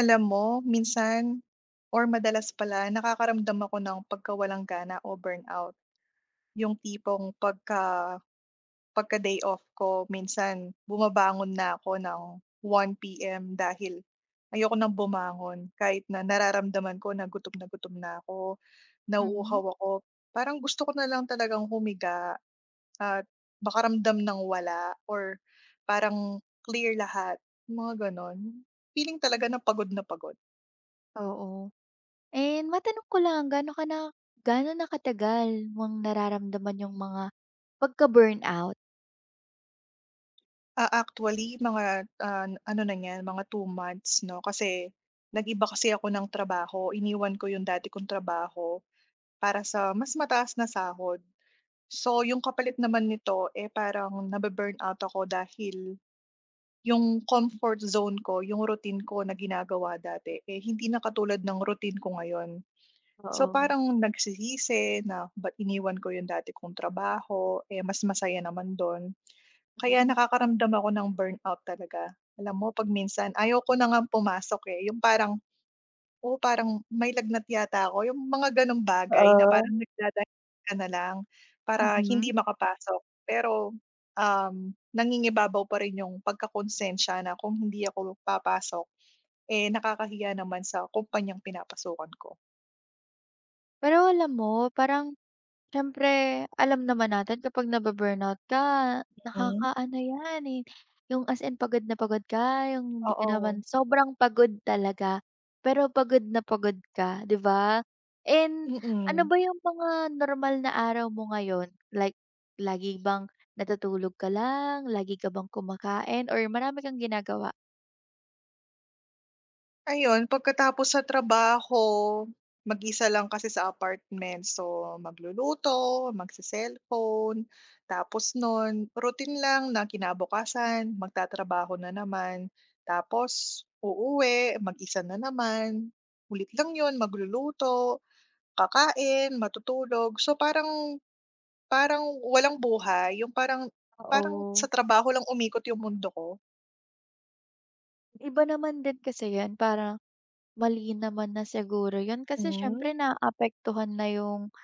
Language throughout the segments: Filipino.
Alam mo, minsan or madalas pala nakakaramdam ako ng pagkawalang gana o burnout. Yung tipong pagka pagka day off ko, minsan bumabangon na ako ng 1 p.m. dahil ayoko nang bumangon kahit na nararamdaman ko na gutom na gutom na ako, Mhm, nauuhaw ako. Parang gusto ko na lang talagang humiga at makaramdam ng wala or parang clear lahat, mga ganon. Feeling talaga na pagod na pagod. oo. And matanong ko lang ganon ka na ganon na katagal mong nararamdaman yung mga pagka-burnout? Actually mga, ano na niyan, mga 2 months 'no, kasi nag-iba kasi ako ng trabaho. Iniwan ko yung dati kong trabaho para sa mas mataas na sahod. So, yung kapalit naman nito, eh, parang nabu out ako dahil yung comfort zone ko, yung routine ko na ginagawa dati, eh, hindi na katulad ng routine ko ngayon. So, Oo. parang nagsisisi na, "Ba't iniwan ko yung dati kong trabaho, eh, mas masaya naman dun." Kaya Mhm. nakakaramdam ako ng burnout talaga. Alam mo 'pag minsan ayaw ko na ngang pumasok, eh, yung parang, "Oh, parang may lagnat yata ako." Yung mga ganong bagay na Oo. parang nagdadahilan ka na lang para Mm, hindi makapasok. Pero, um, nangingibabaw pa rin yung pagkakonsensiya na kung hindi ako papasok, eh, nakakahiya naman sa kumpanyang pinapasukan ko. pero alam mo, parang siyempre, alam naman natin kapag nabu- ka, Hmm. nakakaano 'yan, eh, yung as in pagod na pagod ka, yung hindi ka Oo. naman sobrang pagod talaga, pero pagod na pagod ka, 'di ba? And ano Mm. ba yung mga normal na araw mo ngayon? Like, lagi bang natutulog ka lang, lagi ka bang kumakain or marami kang ginagawa? Ayun pagkatapos sa trabaho, mag-isa lang kasi sa apartment so magluluto, magse-cellphone, tapos nun routine lang na kinabukasan magtatrabaho na naman, tapos uuwi, mag-isa na naman, ulit lang yun magluluto, kakain, matutulog. So parang parang walang buhay yung parang parang sa Oo. trabaho lang umikot yung mundo ko. Iba naman din kasi 'yan, parang mali naman na siguro 'yun kasi Mm. siyempre naapektuhan na yung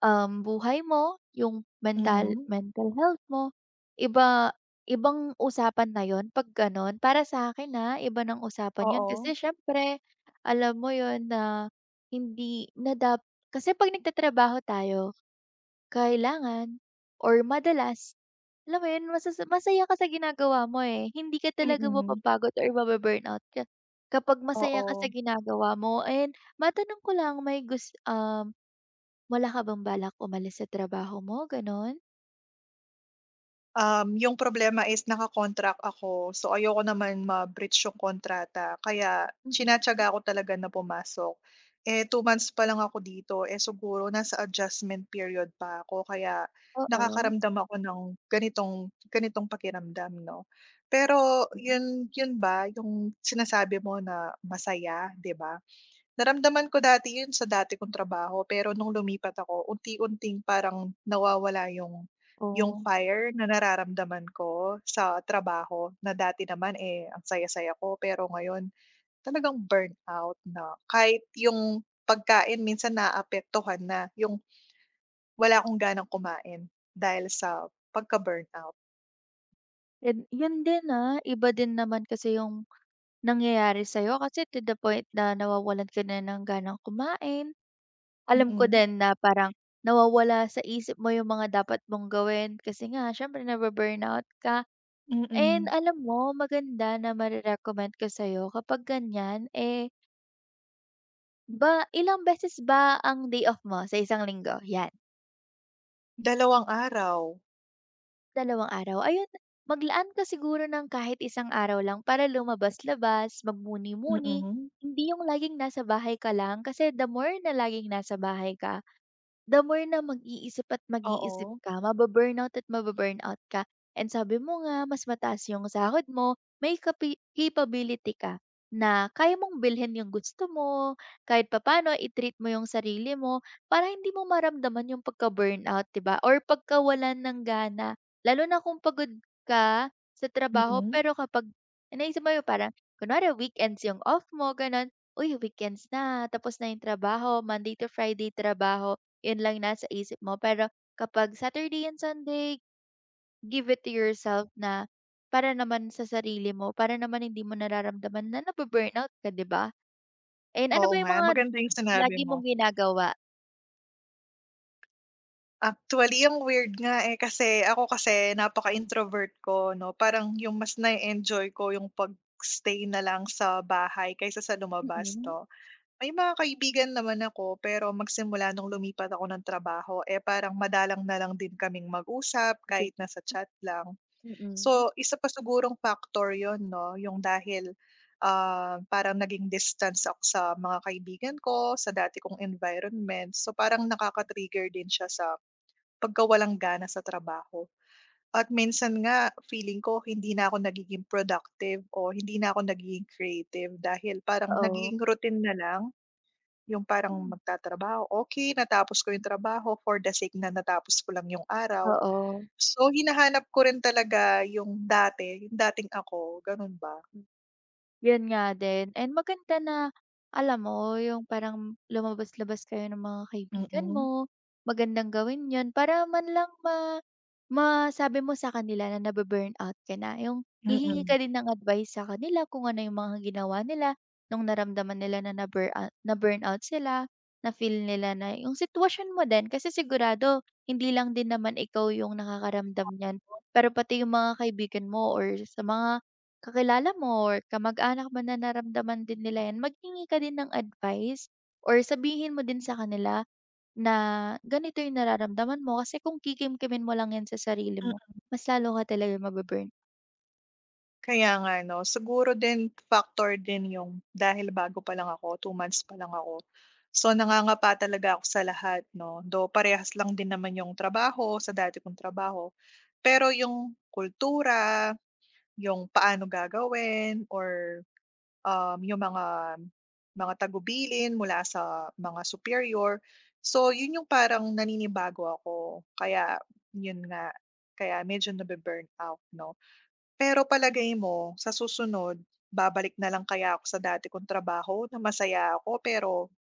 buhay mo, yung mental Mm. mental health mo, iba ibang usapan na yon 'pag gano'n. Para sa akin ah, iba ng usapan yon Oo, kasi siyempre alam mo yon na hindi na dap kasi 'pag nagtatrabaho tayo kailangan or madalas, alam mo yun masaya ka sa ginagawa mo, eh, hindi ka talaga mm. mapapagod or mabu-burnout ka kapag masaya ka Oo. sa ginagawa mo. And matanong ko lang may gus um wala ka bang balak umalis sa trabaho mo, gano'n? Yung problema is naka-contract ako, so ayoko naman ma-breach yung kontrata kaya Mm. tinatiyaga ako talaga na pumasok. Eh, 2 months pa lang ako dito, eh, siguro nasa adjustment period pa ako kaya Oo. nakakaramdam ako ng ganitong ganitong pakiramdam 'no. Pero Hmm. yun yun ba yung sinasabi mo na masaya, 'di ba? Naramdaman ko dati 'yun sa dati kong trabaho, pero nung lumipat ako unti-unting parang nawawala yung Oh, fire na nararamdaman ko sa trabaho na dati naman, eh, ang saya-saya ko pero ngayon talagang burnout na kahit yung pagkain minsan naaapektuhan na, yung wala akong ganang kumain dahil sa pagka-burnout. yan yun din, ah, iba din naman kasi yung nangyayari sa'yo kasi to the point na nawawalan ka na ng ganang kumain. Alam ko Mm, din na parang nawawala sa isip mo yung mga dapat mong gawin kasi nga siyempre nabu-burnout ka. And mm. alam mo maganda na mare-recommend ko sa'yo kapag ganyan, eh, ilang beses ba ang day off mo sa isang linggo? Yan. 2 araw. Dalawang araw. Ayun, maglaan ka siguro ng kahit isang araw lang para lumabas-labas, magmuni-muni, Mm, hindi yung laging nasa bahay ka lang kasi the more na laging nasa bahay ka, the more na mag-iisip at mag-iisip oo. ka, mababurnout at mababurnout ka. And sabi mo nga, mas mataas yung sahod mo, may capability ka na kaya mong bilhin yung gusto mo, kahit papaano i-treat mo yung sarili mo para hindi mo maramdaman yung pagka-burnout, 'di ba? Or pagkawalan ng gana, lalo na kung pagod ka sa trabaho Mm. pero kapag naisip mo yung parang kunwari weekends yung off mo, gano'n. "Uy, weekends na, tapos na yung trabaho, Monday to Friday trabaho." 'Yun lang nasa isip mo. Pero kapag Saturday and Sunday, give it to yourself na para naman sa sarili mo, para naman hindi mo nararamdaman na nabu-burnout ka, 'di ba? And ano Oo ba yung nga mga maganda yung sinabi lagi mo. mong ginagawa? Actually, ang weird nga, eh, kasi ako kasi napaka-introvert ko 'no, parang yung mas na enjoy ko yung pag-stay na lang sa bahay kaysa sa lumabas Mm, 'no. May mga kaibigan naman ako, pero magsimula nung lumipat ako ng trabaho, eh, parang madalang na lang din kaming mag-usap kahit sige. nasa chat lang. Mm. So, isa pa sigurong factor yun 'no, yung dahil, parang naging distance ako sa mga kaibigan ko, sa dati kong environment. So, parang nakaka-trigger din siya sa pagka walang gana sa trabaho. At minsan nga feeling ko hindi na ako nagiging productive o hindi na ako nagiging creative dahil parang Oo. nagiging routine na lang yung parang Hmm. magtatrabaho, okey natapos ko yung trabaho for the sake na natapos ko lang yung araw. Oo. So, hinahanap ko rin talaga yung dati, yung dating ako, gano'n ba? Hmm. Yun nga din, and maganda na alam mo yung parang lumabas-labas kayo ng mga kaibigan mo, Mm, magandang gawin yun para man lang masabi mo sa kanila na nabu-burnout ka na, yung hihingi mm. ka din ng advice sa kanila kung ano yung mga ginawa nila nung naramdaman nila na na-burnout na burn out sila, na-feel nila na yung sitwasyon mo din kasi sigurado hindi lang din naman ikaw yung nakakaramdam niyan pero pati yung mga kaibigan mo or sa mga kakilala mo or kamag-anak mo na naramdaman din nila yan, maghingi ka din ng advice or sabihin mo din sa kanila na ganito yung nararamdaman mo kasi kung kikim-kimin mo lang yan sa sarili mo, mas lalo ka talaga mababurn. Kaya nga 'no. Siguro din factor din yung dahil bago pa lang ako, 2 months pa lang ako. So, nangangapa talaga ako sa lahat 'no, do parehas lang din naman yung trabaho sa dati kong trabaho. Pero yung kultura, yung paano gagawin or, yung mga tagubilin mula sa mga superior. So, yun yung parang naninibago ako. Kaya yun nga, kaya medyo nabu-burnout 'no. Pero palagay mo, sa susunod, babalik na lang kaya ako sa dati kong trabaho na masaya ako pero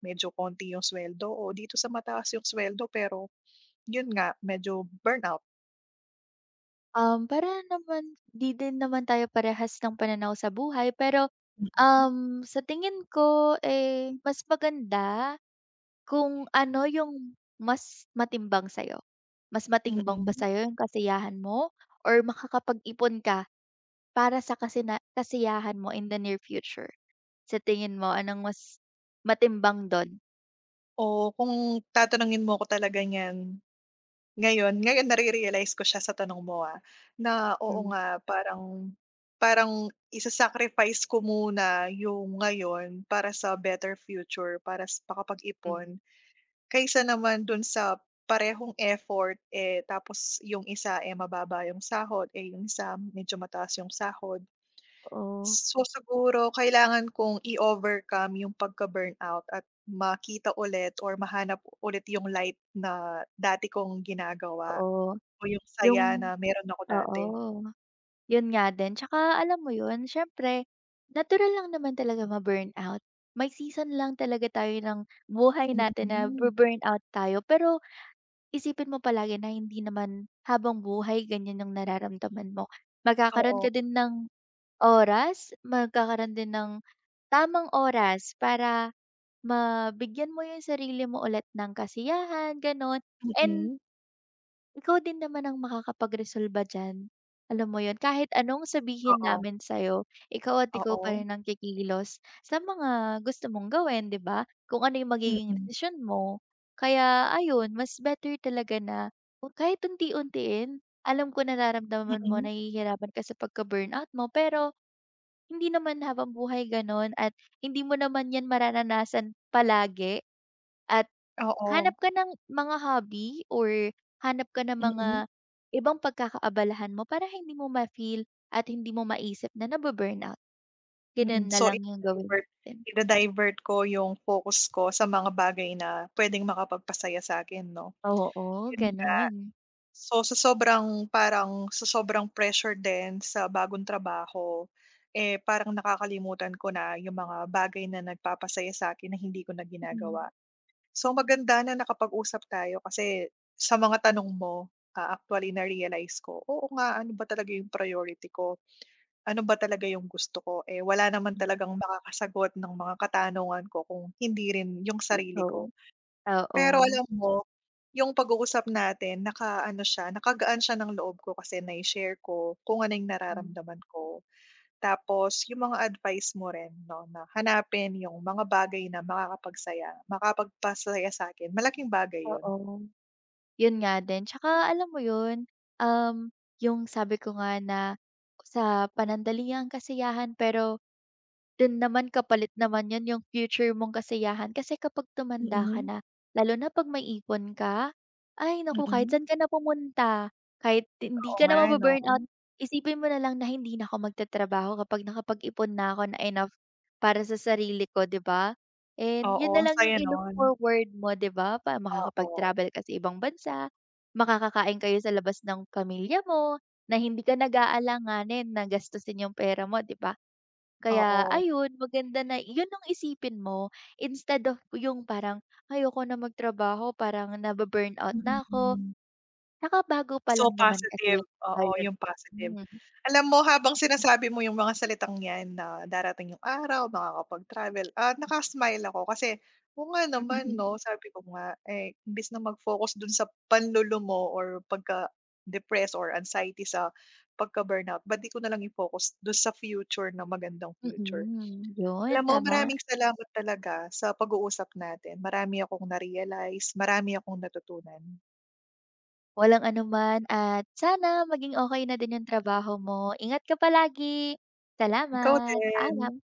medyo konti yung sweldo o dito sa mataas yung sweldo pero yun nga, medyo burnout? Para naman, di din naman tayo parehas ng pananaw sa buhay, pero sa tingin ko, eh, mas maganda kung ano yung mas matimbang sa'yo. Mas Mhm, matimbang ba mm. sa'yo yung kasiyahan mo? Or makakapag-ipon ka para sa kasiyahan mo in the near future, sa tingin mo anong mas matimbang dun? O kung tatanungin mo ako talaga niyan ngayon nare-realize ko siya sa tanong mo, ah, na oo Hmm, nga parang parang isa-sacrifice ko muna yung ngayon para sa better future, para sa makapag-ipon. hmm. Kaysa naman dun sa parehong effort, eh, tapos yung isa, eh, mababa yung sahod, eh, yung isa medyo mataas yung sahod. Oo, So, siguro kailangan kong i-overcome yung pagka-burnout at makita ulit or mahanap ulit yung light na dati kong ginagawa oo, o yung saya yung na meron ako oo, dati. yun nga din. Tsaka alam mo yun, siyempre natural lang naman talaga ma-burnout. May season lang talaga tayo ng buhay natin na Mm, bu-burnout tayo, pero isipin mo palagi na hindi naman habang buhay ganyan yung nararamdaman mo. Magkakaroon oo, ka din ng oras, magkakaroon din ng tamang oras para mabigyan mo yung sarili mo ulit ng kasiyahan, gano'n. And mm, ikaw din naman ang makakapagresolba diyan, alam mo 'yun. Kahit anong sabihin oo, namin sa'yo, ikaw at ikaw pa oo, rin ang kikilos sa mga gusto mong gawin, 'di ba? Kung ano yung magiging mm, decision mo. Kaya ayun, mas better talaga na kung kahit unti-untiin, alam ko nararamdaman mo mm, nahihirapan ka sa pagka-burnout mo, pero hindi naman habang buhay gano'n at hindi mo naman 'yan mararanasan palagi at oo, hanap ka ng mga hobby or hanap ka ng mga mm. ibang pagkakaabalahan mo para hindi mo ma-feel at hindi mo maisip na nabu-burnout. Gano'n Mm, na so lang 'yung gawin ida-divert natin. ida-divert ko yung focus ko sa mga bagay na puwedeng makapagpasaya sa akin, 'no, Oo, yun nga. gano'n. So sa sobrang pressure din sa bagong trabaho, eh, parang nakakalimutan ko na yung mga bagay na nagpapasaya sa akin na hindi ko na ginagawa. Mm. So maganda na nakapag-usap tayo kasi sa mga tanong mo, actually na-realize ko, oo nga, ano ba talaga yung priority ko. Ano ba talaga yung gusto ko, eh, wala naman Hmm, talagang makakasagot ng mga katanungan ko kung hindi rin yung sarili ikaw? ko. Pero Oo. alam mo, yung pag-uusap natin nakaano siya, nakagaan siya ng loob ko kasi nai-share ko kung ano yung Hmm, nararamdaman ko. Tapos yung mga advice mo rin 'no, na hanapin yung mga bagay na makakapagpasaya sa akin malaking bagay yun. oo. Yun nga din, tsaka alam mo yun, um, yung sabi ko nga na sa panandaliang kasiyahan pero dun naman kapalit naman yon yung future mong kasiyahan kasi kapag tumanda ka Mm, na, lalo na 'pag may ipon ka, ay naku kahit mm. saan ka na pumunta, kahit hindi Oo ka nga na 'no? mabu-burnout, isipin mo na lang na hindi na ako magtatrabaho kapag nakapag-ipon na ako na enough para sa sarili ko, 'di ba? And Oo, yun na ang lang yung saya i-look nun. forward mo, 'di ba? Pa Oo, makakapag-travel ka sa ibang bansa, makakakain kayo sa labas ng pamilya mo, na hindi ka nag-aalanganin na gastusin yung pera mo, 'di ba? Kaya oo. ayun, maganda na yun ang isipin mo instead of yung parang, "Ayoko na magtrabaho, parang nabu-burnout na ako." Mm. Nakabago pa So lang naman kasi positive, oo, ayun, yung positive. hmm. Alam mo habang sinasabi mo yung mga salitang 'yan na darating yung araw makakapag-travel, naka ako kasi, oo nga naman 'no, sabi ko nga, eh, imbes na mag-focus dun sa panlulumo or pagka depress or anxiety sa pagka-burnout, ba't di ko nalang i-focus dun sa future na magandang future. Mm, Alam yun mo tama. maraming salamat talaga sa pag-uusap natin, marami akong na-realize, marami akong natutunan. Walang anuman at sana maging okay na din yung trabaho mo. Ingat ka palagi. Ikaw Salamat, din. paalam.